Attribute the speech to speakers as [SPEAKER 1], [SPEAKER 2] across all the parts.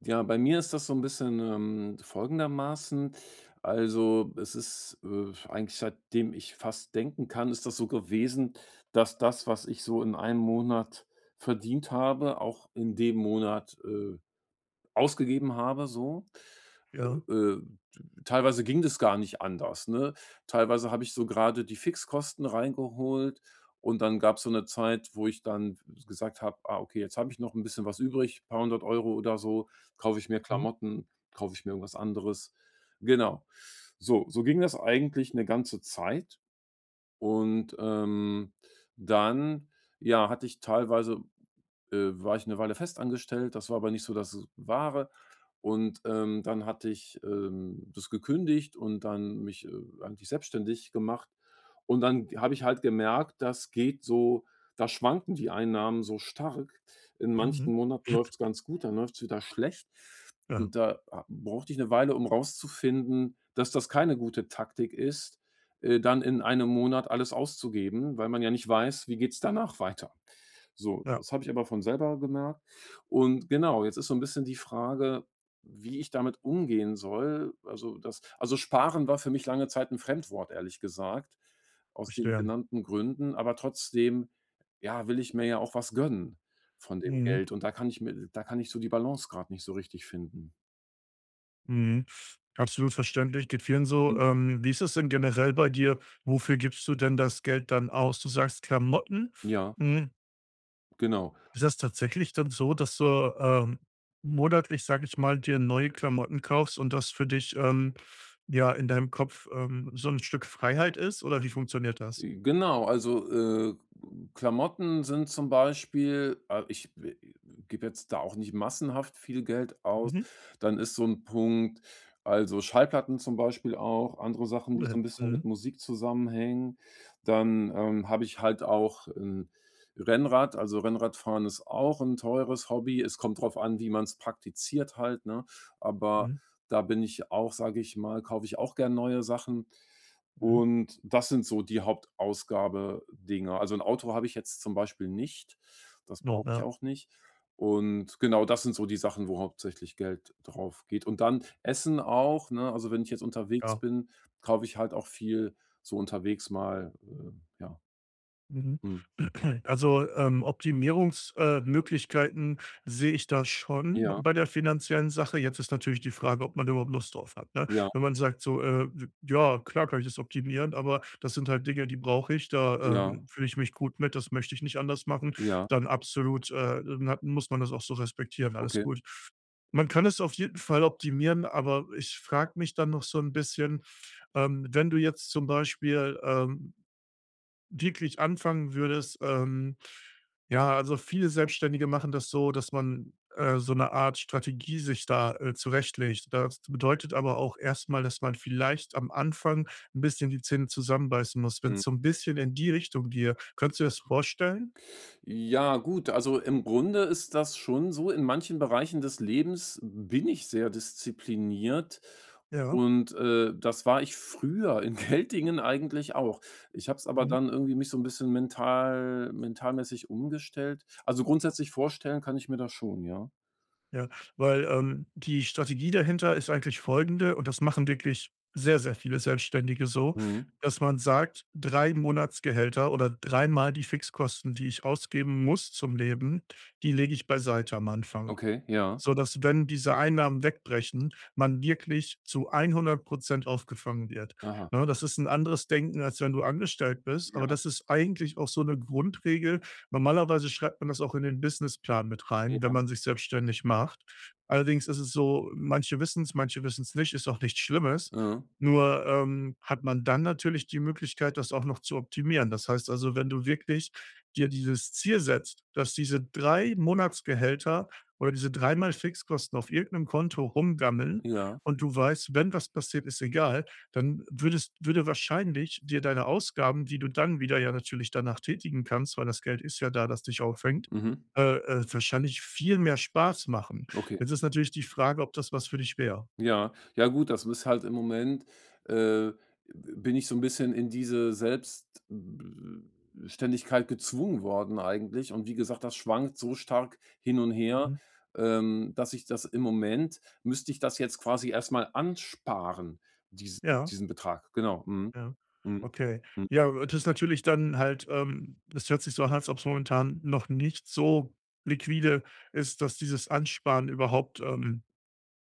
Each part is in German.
[SPEAKER 1] Ja, bei mir ist das so ein bisschen, folgendermaßen. Also, es ist, eigentlich seitdem ich fast denken kann, ist das so gewesen, dass das, was ich so in einem Monat verdient habe, auch in dem Monat ausgegeben habe so.
[SPEAKER 2] Ja.
[SPEAKER 1] Äh, äh, Teilweise ging das gar nicht anders, ne? Teilweise habe ich so gerade die Fixkosten reingeholt und dann gab es so eine Zeit, wo ich dann gesagt habe: „Ah, okay, jetzt habe ich noch ein bisschen was übrig, paar hundert Euro oder so, kaufe ich mir
[SPEAKER 2] Mhm.
[SPEAKER 1] Klamotten, kaufe ich mir irgendwas anderes.“ Genau. So ging das eigentlich eine ganze Zeit und, dann, ja, hatte ich teilweise war ich eine Weile festangestellt, das war aber nicht so das Wahre. Und, dann hatte ich, das gekündigt und dann mich, eigentlich selbstständig gemacht. Und dann habe ich halt gemerkt, das geht so, da schwanken die Einnahmen so stark. In
[SPEAKER 2] Mhm.
[SPEAKER 1] manchen Monaten läuft's ganz gut, dann läuft's wieder schlecht.
[SPEAKER 2] Ja,
[SPEAKER 1] Und da ha brauchte ich eine Weile, um rauszufinden, dass das keine gute Taktik ist, dann in einem Monat alles auszugeben, weil man ja nicht weiß, wie geht's danach weiter. So,
[SPEAKER 2] ja,
[SPEAKER 1] das habe ich aber von selber gemerkt. Und genau, jetzt ist so ein bisschen die Frage, wie ich damit umgehen soll. Also, sparen war für mich lange Zeit ein Fremdwort, ehrlich gesagt, aus den
[SPEAKER 2] verstehe.
[SPEAKER 1] genannten Gründen. Aber trotzdem, ja, will ich mir ja auch was gönnen von dem
[SPEAKER 2] Mhm.
[SPEAKER 1] Geld. Und da kann ich so die Balance gerade nicht so richtig finden.
[SPEAKER 2] Mhm. Absolut verständlich, geht vielen so.
[SPEAKER 1] Mhm.
[SPEAKER 2] Wie ist es denn generell bei dir? Wofür gibst du denn das Geld dann aus? Du sagst Klamotten.
[SPEAKER 1] Ja,
[SPEAKER 2] Hm,
[SPEAKER 1] genau.
[SPEAKER 2] ist das tatsächlich dann so, dass du, ähm, monatlich, sage ich mal, dir neue Klamotten kaufst und das für dich, ja, in deinem Kopf, so ein Stück Freiheit ist, oder wie funktioniert das?
[SPEAKER 1] Genau, also, Klamotten sind zum Beispiel, ich gebe jetzt da auch nicht massenhaft viel Geld aus.
[SPEAKER 2] Mhm,
[SPEAKER 1] Dann ist so ein Punkt, also, Schallplatten zum Beispiel auch, andere Sachen, die so
[SPEAKER 2] cool.
[SPEAKER 1] ein bisschen mit
[SPEAKER 2] Mhm,
[SPEAKER 1] Musik zusammenhängen. Dann, habe ich halt auch ein Rennrad. Also, Rennradfahren ist auch ein teures Hobby. Es kommt drauf an, wie man es praktiziert halt, ne? Aber
[SPEAKER 2] mhm,
[SPEAKER 1] da bin ich auch, sage ich mal, kaufe ich auch gern neue Sachen.
[SPEAKER 2] mhm.
[SPEAKER 1] Und das sind so die Hauptausgabedinger. Also 'n Auto habe ich jetzt zum Beispiel nicht. Das
[SPEAKER 2] Oh,
[SPEAKER 1] brauche ich
[SPEAKER 2] ja,
[SPEAKER 1] auch nicht. Und genau, das sind so die Sachen, wo hauptsächlich Geld drauf geht. Und dann Essen auch, ne? Also, wenn ich jetzt unterwegs
[SPEAKER 2] ja.
[SPEAKER 1] bin, kaufe ich halt auch viel so unterwegs mal, ja.
[SPEAKER 2] Mhm.
[SPEAKER 1] Mhm.
[SPEAKER 2] Also, Optimierungs Möglichkeiten sehe ich da schon
[SPEAKER 1] Ja,
[SPEAKER 2] bei der finanziellen Sache. Jetzt ist natürlich die Frage, ob man überhaupt Lust drauf hat, ne?
[SPEAKER 1] ja,
[SPEAKER 2] Wenn man sagt so: „Ja, klar kann ich das optimieren, aber das sind halt Dinge, die brauche ich, da,
[SPEAKER 1] ja,
[SPEAKER 2] fühle ich mich gut mit, das möchte ich nicht anders machen“,
[SPEAKER 1] ja.
[SPEAKER 2] dann absolut, dann hat muss man das auch so respektieren, alles
[SPEAKER 1] Okay.
[SPEAKER 2] gut. Man kann es auf jeden Fall optimieren, aber ich frage mich dann noch so ein bisschen, wenn du jetzt zum Beispiel, wirklich anfangen würdest, ja, also viele Selbstständige machen das so, dass man, so eine Art Strategie sich da, zurechtlegt. Das bedeutet aber auch erstmal, dass man vielleicht am Anfang ein bisschen die Zähne zusammenbeißen muss, wenn es
[SPEAKER 1] Mhm.
[SPEAKER 2] so ein bisschen in die Richtung geht. Könntest du dir das vorstellen?
[SPEAKER 1] Ja, gut, also im Grunde ist das schon so. In manchen Bereichen des Lebens bin ich sehr diszipliniert
[SPEAKER 2] Ja,
[SPEAKER 1] und, das war ich früher in Geltingen eigentlich auch. Ich habe es aber
[SPEAKER 2] mhm.
[SPEAKER 1] dann irgendwie mich so ein bisschen mentalmäßig umgestellt. Also, grundsätzlich vorstellen kann ich mir das schon, ja.
[SPEAKER 2] Ja, weil, die Strategie dahinter ist eigentlich folgende und das machen wirklich sehr, sehr viele Selbstständige so,
[SPEAKER 1] Mhm.
[SPEAKER 2] dass man sagt: „3 Monatsgehälter oder dreimal die Fixkosten, die ich ausgeben muss zum Leben, die lege ich beiseite am Anfang.“
[SPEAKER 1] Okay, ja.
[SPEAKER 2] Sodass, wenn diese Einnahmen wegbrechen, man wirklich zu 100 aufgefangen wird.
[SPEAKER 1] Aha.
[SPEAKER 2] Ne, das ist ein anderes Denken, als wenn du angestellt bist, aber
[SPEAKER 1] Ja,
[SPEAKER 2] das ist eigentlich auch so eine Grundregel. Normalerweise schreibt man das auch in den Businessplan mit rein,
[SPEAKER 1] ja.
[SPEAKER 2] wenn man sich selbstständig macht. Allerdings ist es so, manche wissen es, manche wissen es nicht, ist auch nichts Schlimmes.
[SPEAKER 1] Mhm.
[SPEAKER 2] Nur, hat man dann natürlich die Möglichkeit, das auch noch zu optimieren. Das heißt also, wenn du wirklich dir dieses Ziel setzt, dass diese 3 Monatsgehälter oder diese dreimal Fixkosten auf irgendeinem Konto rumgammeln
[SPEAKER 1] Ja.
[SPEAKER 2] und du weißt, wenn was passiert, ist egal, dann würde wahrscheinlich dir deine Ausgaben, die du dann wieder ja natürlich danach tätigen kannst, weil das Geld ist ja da, das dich auffängt,
[SPEAKER 1] Mhm.
[SPEAKER 2] wahrscheinlich viel mehr Spaß machen.
[SPEAKER 1] Okay.
[SPEAKER 2] Jetzt ist natürlich die Frage, ob das was für dich wäre.
[SPEAKER 1] Ja, ja gut, das ist halt im Moment, äh, bin ich so ein bisschen in diese Selbstständigkeit gezwungen worden eigentlich und wie gesagt, das schwankt so stark hin und her,
[SPEAKER 2] Hm?
[SPEAKER 1] dass ich das, im Moment müsste ich das jetzt quasi erstmal ansparen, diesen
[SPEAKER 2] Ja,
[SPEAKER 1] diesen Betrag. Genau. Mhm.
[SPEAKER 2] ja.
[SPEAKER 1] Mhm.
[SPEAKER 2] Okay.
[SPEAKER 1] Mhm.
[SPEAKER 2] Ja, das ist natürlich dann halt, das hört sich so an, als ob's momentan noch nicht so liquide ist, dass dieses Ansparen überhaupt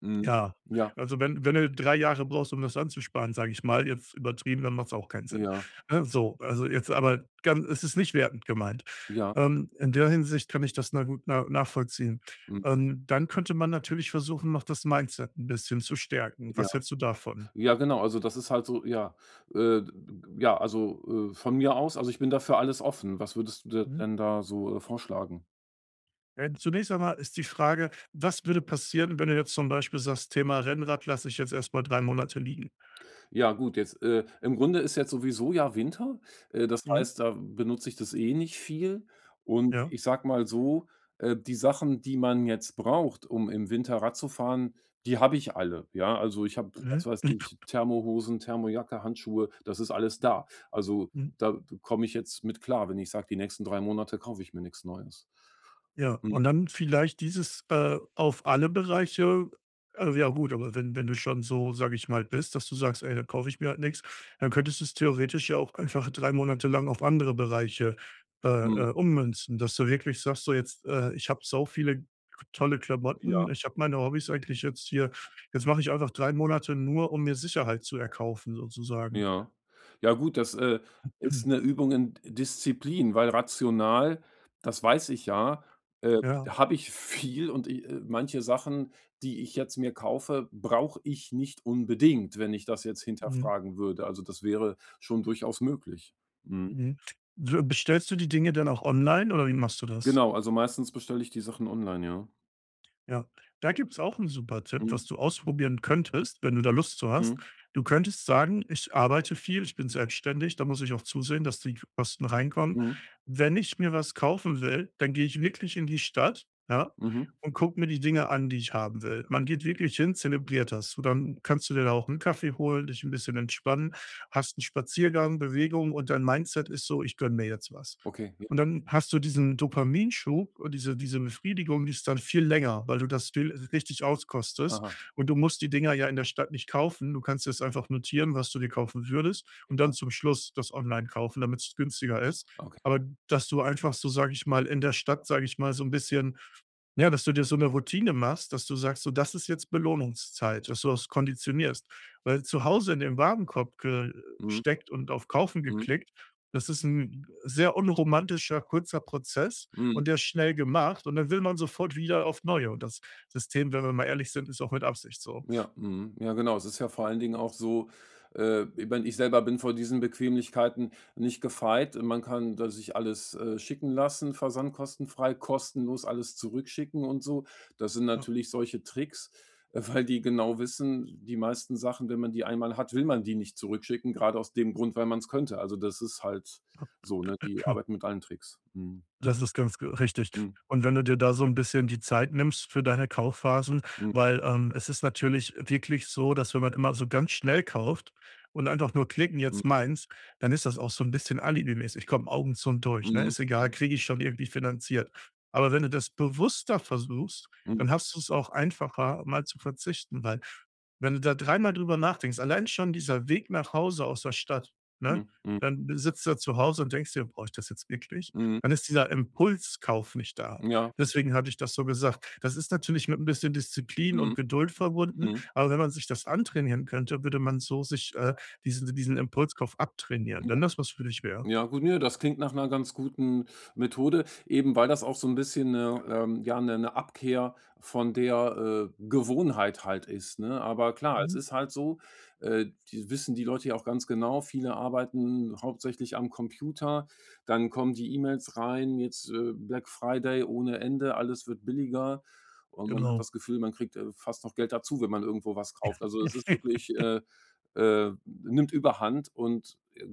[SPEAKER 1] Mhm.
[SPEAKER 2] Ja,
[SPEAKER 1] Ja,
[SPEAKER 2] also wenn du 3 Jahre brauchst, um das anzusparen, sage ich mal, jetzt übertrieben, dann macht es auch keinen Sinn.
[SPEAKER 1] ja,
[SPEAKER 2] Ne, so, also jetzt aber ganz, es ist nicht wertend gemeint.
[SPEAKER 1] ja,
[SPEAKER 2] In der Hinsicht kann ich das na gut nachvollziehen.
[SPEAKER 1] mhm,
[SPEAKER 2] Dann könnte man natürlich versuchen, noch das Mindset ein bisschen zu stärken.
[SPEAKER 1] ja.
[SPEAKER 2] Was hältst du davon?
[SPEAKER 1] Ja, genau, also das ist halt so, ja, äh, ja, also, von mir aus, also, ich bin dafür alles offen. Was würdest du dir
[SPEAKER 2] Mhm.
[SPEAKER 1] denn da so, vorschlagen?
[SPEAKER 2] Zunächst einmal ist die Frage, was würde passieren, wenn du jetzt zum Beispiel sagst: „Thema Rennrad lasse ich jetzt erst mal 3 Monate liegen?“
[SPEAKER 1] Ja gut, jetzt, im Grunde ist jetzt sowieso ja Winter. Das
[SPEAKER 2] Mhm,
[SPEAKER 1] heißt, da benutze ich das eh nicht viel. Und
[SPEAKER 2] ja,
[SPEAKER 1] ich sag mal so, die Sachen, die man jetzt braucht, um im Winter Rad zu fahren, die habe ich alle, ja? Also, ich habe,
[SPEAKER 2] mhm,
[SPEAKER 1] was weiß ich, Thermohosen, Thermojacke, Handschuhe, das ist alles da. Also,
[SPEAKER 2] mhm.
[SPEAKER 1] da komme ich jetzt mit klar, wenn ich sage, die nächsten 3 Monate kaufe ich mir nichts Neues.
[SPEAKER 2] Ja,
[SPEAKER 1] Mhm,
[SPEAKER 2] und dann vielleicht dieses, auf alle Bereiche, also, ja gut, aber wenn du schon so, sage ich mal, bist, dass du sagst: „Ey, dann kaufe ich mir halt nix“, dann könntest du's theoretisch ja auch einfach 3 Monate lang auf andere Bereiche, äh,
[SPEAKER 1] mhm,
[SPEAKER 2] ummünzen, dass du wirklich sagst so: „Jetzt, ich habe so viele tolle Klamotten,
[SPEAKER 1] ja.
[SPEAKER 2] ich habe meine Hobbys eigentlich jetzt hier, jetzt mache ich einfach 3 Monate nur, um mir Sicherheit zu erkaufen“, sozusagen.
[SPEAKER 1] Ja. Ja gut, das, ist
[SPEAKER 2] Hm,
[SPEAKER 1] eine Übung in Disziplin, weil rational, das weiß ich ja, äh,
[SPEAKER 2] ja,
[SPEAKER 1] habe ich viel und i manche Sachen, die ich jetzt mir kaufe, brauche ich nicht unbedingt, wenn ich das jetzt
[SPEAKER 2] mhm,
[SPEAKER 1] hinterfragen würde. Also, das wäre schon durchaus möglich. Mhm.
[SPEAKER 2] mhm. W Bestellst du die Dinge dann auch online oder wie machst du das?
[SPEAKER 1] Genau, also meistens bestelle ich die Sachen online, ja.
[SPEAKER 2] Ja, da gibt's auch 'n super Tipp,
[SPEAKER 1] Mhm.
[SPEAKER 2] was du ausprobieren könntest, wenn du da Lust zu hast.
[SPEAKER 1] Mhm.
[SPEAKER 2] Du könntest sagen: „Ich arbeite viel, ich bin selbstständig, da muss ich auch zusehen, dass die Kosten reinkommen.
[SPEAKER 1] Mhm.
[SPEAKER 2] Wenn ich mir was kaufen will, dann gehe ich wirklich in die Stadt, ja,
[SPEAKER 1] Mhm.
[SPEAKER 2] und gucke mir die Dinge an, die ich haben will.“ Man geht wirklich hin, zelebriert das. Und dann kannst du dir da auch 'n Kaffee holen, dich 'n bisschen entspannen, hast 'n Spaziergang, Bewegung und dein Mindset ist so: „Ich gönne mir jetzt was.“
[SPEAKER 1] Okay, ja.
[SPEAKER 2] Und dann hast du diesen Dopaminschub und diese Befriedigung, die ist dann viel länger, weil du das viel richtig auskostest.
[SPEAKER 1] Aha,
[SPEAKER 2] Und du musst die Dinger ja in der Stadt nicht kaufen. Du kannst jetzt einfach notieren, was du dir kaufen würdest und dann
[SPEAKER 1] ja.
[SPEAKER 2] zum Schluss das online kaufen, damit es günstiger ist.
[SPEAKER 1] Okay.
[SPEAKER 2] Aber dass du einfach so, sage ich mal, in der Stadt, sage ich mal, so ein bisschen, ja, dass du dir so eine Routine machst, dass du sagst: „So, das ist jetzt Belohnungszeit“, dass du das konditionierst. Weil zu Hause in den Warenkorb
[SPEAKER 1] Mhm.
[SPEAKER 2] gesteckt und auf Kaufen
[SPEAKER 1] Mhm.
[SPEAKER 2] geklickt, das ist ein sehr unromantischer, kurzer Prozess
[SPEAKER 1] Mhm.
[SPEAKER 2] und der ist schnell gemacht und dann will man sofort wieder auf neue und das System, wenn wir mal ehrlich sind, ist auch mit Absicht so.
[SPEAKER 1] Ja, mhm. Ja, genau. Es ist ja vor allen Dingen auch so, ich meine, ich selber bin vor diesen Bequemlichkeiten nicht gefeit. Man kann da sich alles, schicken lassen, versandkostenfrei, kostenlos alles zurückschicken und so. Das sind
[SPEAKER 2] Ja.
[SPEAKER 1] natürlich solche Tricks, weil die genau wissen, die meisten Sachen, wenn man die einmal hat, will man die nicht zurückschicken, gerade aus dem Grund, weil man es könnte. Also, das ist halt
[SPEAKER 2] Ja.
[SPEAKER 1] so, ne? Die arbeiten mit allen Tricks. Mhm.
[SPEAKER 2] Das ist ganz ge richtig.
[SPEAKER 1] Mhm.
[SPEAKER 2] Und wenn du dir da so ein bisschen die Zeit nimmst für deine Kaufphasen, weil, es ist natürlich wirklich so, dass wenn man immer so ganz schnell kauft und einfach nur klicken:
[SPEAKER 1] Mhm.
[SPEAKER 2] „Jetzt meins“, dann ist das auch so ein bisschen alibimäßig. Komm, Augen zu durch, ne?
[SPEAKER 1] Mhm.
[SPEAKER 2] Ist egal,
[SPEAKER 1] Mhm.
[SPEAKER 2] kriege ich schon irgendwie finanziert. Aber wenn du das bewusster versuchst,
[SPEAKER 1] Mhm.
[SPEAKER 2] dann hast du es auch einfacher, mal zu verzichten, weil wenn du da dreimal drüber nachdenkst, allein schon dieser Weg nach Hause aus der Stadt, ne?
[SPEAKER 1] Mhm. Mhm.
[SPEAKER 2] Dann sitzt du zu Hause und denkst dir: „Brauche ich das jetzt wirklich?“
[SPEAKER 1] Mhm.
[SPEAKER 2] Dann ist dieser Impulskauf nicht da.
[SPEAKER 1] Ja.
[SPEAKER 2] Deswegen hatte ich das so gesagt. Das ist natürlich mit ein bisschen Disziplin
[SPEAKER 1] Mhm.
[SPEAKER 2] und Geduld verbunden,
[SPEAKER 1] Mhm.
[SPEAKER 2] aber wenn man sich das antrainieren könnte, würde man so sich, diesen Impulskauf abtrainieren, wenn das was für dich wäre.
[SPEAKER 1] Ja, gut, ne, das klingt nach einer ganz guten Methode, eben weil das auch so ein bisschen eine Abkehr von der, Gewohnheit halt ist, ne? Aber klar, es
[SPEAKER 2] Mhm,
[SPEAKER 1] ist halt so, äh, die wissen die Leute ja auch ganz genau, viele arbeiten hauptsächlich am Computer, dann kommen die E-Mails rein, jetzt, Black Friday ohne Ende, alles wird billiger und man hat
[SPEAKER 2] genau.
[SPEAKER 1] das Gefühl, man kriegt, fast noch Geld dazu, wenn man irgendwo was kauft. Also, es ist wirklich, nimmt Überhand und,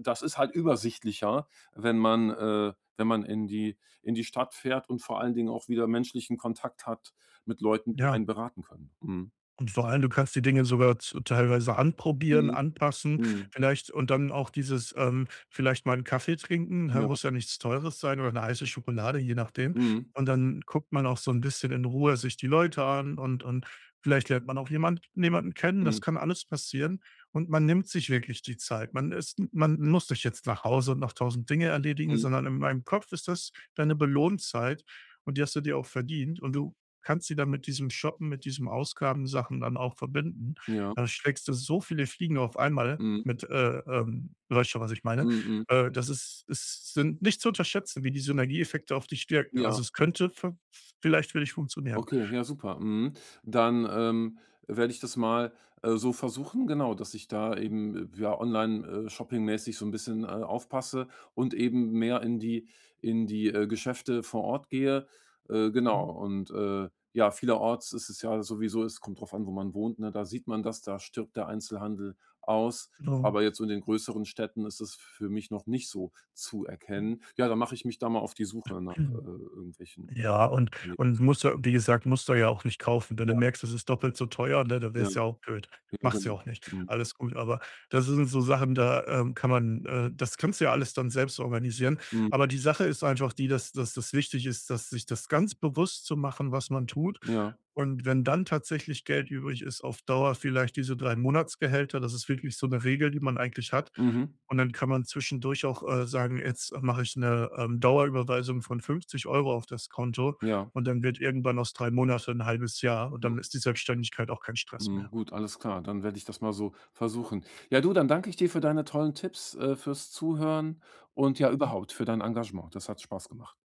[SPEAKER 1] das ist halt übersichtlicher, wenn man, in die Stadt fährt und vor allen Dingen auch wieder menschlichen Kontakt hat mit Leuten, die
[SPEAKER 2] Ja.
[SPEAKER 1] einen beraten können. Mhm.
[SPEAKER 2] Und vor allem, du kannst die Dinge sogar z teilweise anprobieren,
[SPEAKER 1] Mhm.
[SPEAKER 2] anpassen,
[SPEAKER 1] Mhm.
[SPEAKER 2] vielleicht und dann auch dieses, vielleicht mal einen Kaffee trinken, ne,
[SPEAKER 1] Ja.
[SPEAKER 2] muss ja nichts Teures sein oder eine heiße Schokolade, je nachdem.
[SPEAKER 1] Mhm.
[SPEAKER 2] Und dann guckt man auch so ein bisschen in Ruhe sich die Leute an, und vielleicht lernt man auch jemanden kennen.
[SPEAKER 1] Mhm.
[SPEAKER 2] Das kann alles passieren und man nimmt sich wirklich die Zeit. Man muss nicht jetzt nach Hause und noch tausend Dinge erledigen,
[SPEAKER 1] Mhm.
[SPEAKER 2] sondern in meinem Kopf ist das deine Belohnzeit und die hast du dir auch verdient und du kannst sie dann mit diesem Shoppen, mit diesem Ausgabensachen dann auch verbinden.
[SPEAKER 1] Ja.
[SPEAKER 2] Da schlägst du so viele Fliegen auf einmal
[SPEAKER 1] Mhm.
[SPEAKER 2] mit, du weißt schon, was ich meine.
[SPEAKER 1] Mhm. Mhm.
[SPEAKER 2] Das ist Es sind nicht zu unterschätzen, wie die Synergieeffekte auf dich wirken.
[SPEAKER 1] Ja.
[SPEAKER 2] Also, es könnte v vielleicht für dich funktionieren.
[SPEAKER 1] Okay, ja super. Mhm. Dann, werde ich das mal, so versuchen, genau, dass ich da eben, ja, online, shopping mäßig, so ein bisschen, aufpasse und eben mehr in die Geschäfte vor Ort gehe.
[SPEAKER 2] Mhm,
[SPEAKER 1] Genau und, ja, vielerorts ist es ja sowieso, es kommt drauf an, wo man wohnt, ne? Da sieht man das, da stirbt der Einzelhandel aus,
[SPEAKER 2] genau.
[SPEAKER 1] aber jetzt so in den größeren Städten ist es für mich noch nicht so zu erkennen. Ja, da mache ich mich da mal auf die Suche nach, irgendwelchen
[SPEAKER 2] Ja, und
[SPEAKER 1] Erlebnissen.
[SPEAKER 2] musst du, wie gesagt, musst du ja auch nicht kaufen. Wenn
[SPEAKER 1] Ja,
[SPEAKER 2] du merkst, es ist doppelt so teuer, ne, dann
[SPEAKER 1] ja.
[SPEAKER 2] wär's ja auch blöd.
[SPEAKER 1] Ja,
[SPEAKER 2] Machst ja
[SPEAKER 1] genau.
[SPEAKER 2] auch nicht.
[SPEAKER 1] Mhm.
[SPEAKER 2] Alles gut, aber das sind so Sachen, da, kann man, das kannst du ja alles dann selbst organisieren.
[SPEAKER 1] Mhm.
[SPEAKER 2] Aber die Sache ist einfach die, dass das wichtig ist, dass sich das ganz bewusst zu machen, was man tut.
[SPEAKER 1] Ja.
[SPEAKER 2] Und wenn dann tatsächlich Geld übrig ist, auf Dauer vielleicht diese 3 Monatsgehälter, das ist wirklich so eine Regel, die man eigentlich hat
[SPEAKER 1] Mhm.
[SPEAKER 2] und dann kann man zwischendurch auch, sagen: „Jetzt mache ich eine Dauerüberweisung von 50 Euro auf das Konto.“
[SPEAKER 1] Ja.
[SPEAKER 2] Und dann wird irgendwann aus 3 Monate ein halbes Jahr und dann ist die Selbstständigkeit auch kein Stress
[SPEAKER 1] Mhm.
[SPEAKER 2] mehr,
[SPEAKER 1] Gut, alles klar. Dann werde ich das mal so versuchen. Ja, du, dann danke ich dir für deine tollen Tipps, fürs Zuhören und ja,
[SPEAKER 2] ne?
[SPEAKER 1] überhaupt für dein Engagement. Das hat Spaß gemacht.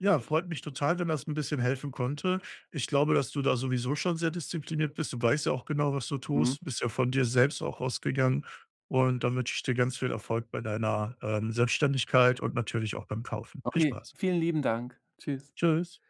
[SPEAKER 2] Ja, freut mich total, wenn das ein bisschen helfen konnte. Ich glaube, dass du da sowieso schon sehr diszipliniert bist. Du weißt ja auch genau, was du
[SPEAKER 1] Mhm.
[SPEAKER 2] tust, bist ja von dir selbst auch ausgegangen. Und dann wünsche ich dir ganz viel Erfolg bei deiner, Selbstständigkeit und natürlich auch beim Kaufen. Viel
[SPEAKER 1] Okay,
[SPEAKER 2] Spaß.
[SPEAKER 1] vielen lieben Dank. Tschüss.
[SPEAKER 2] Tschüss.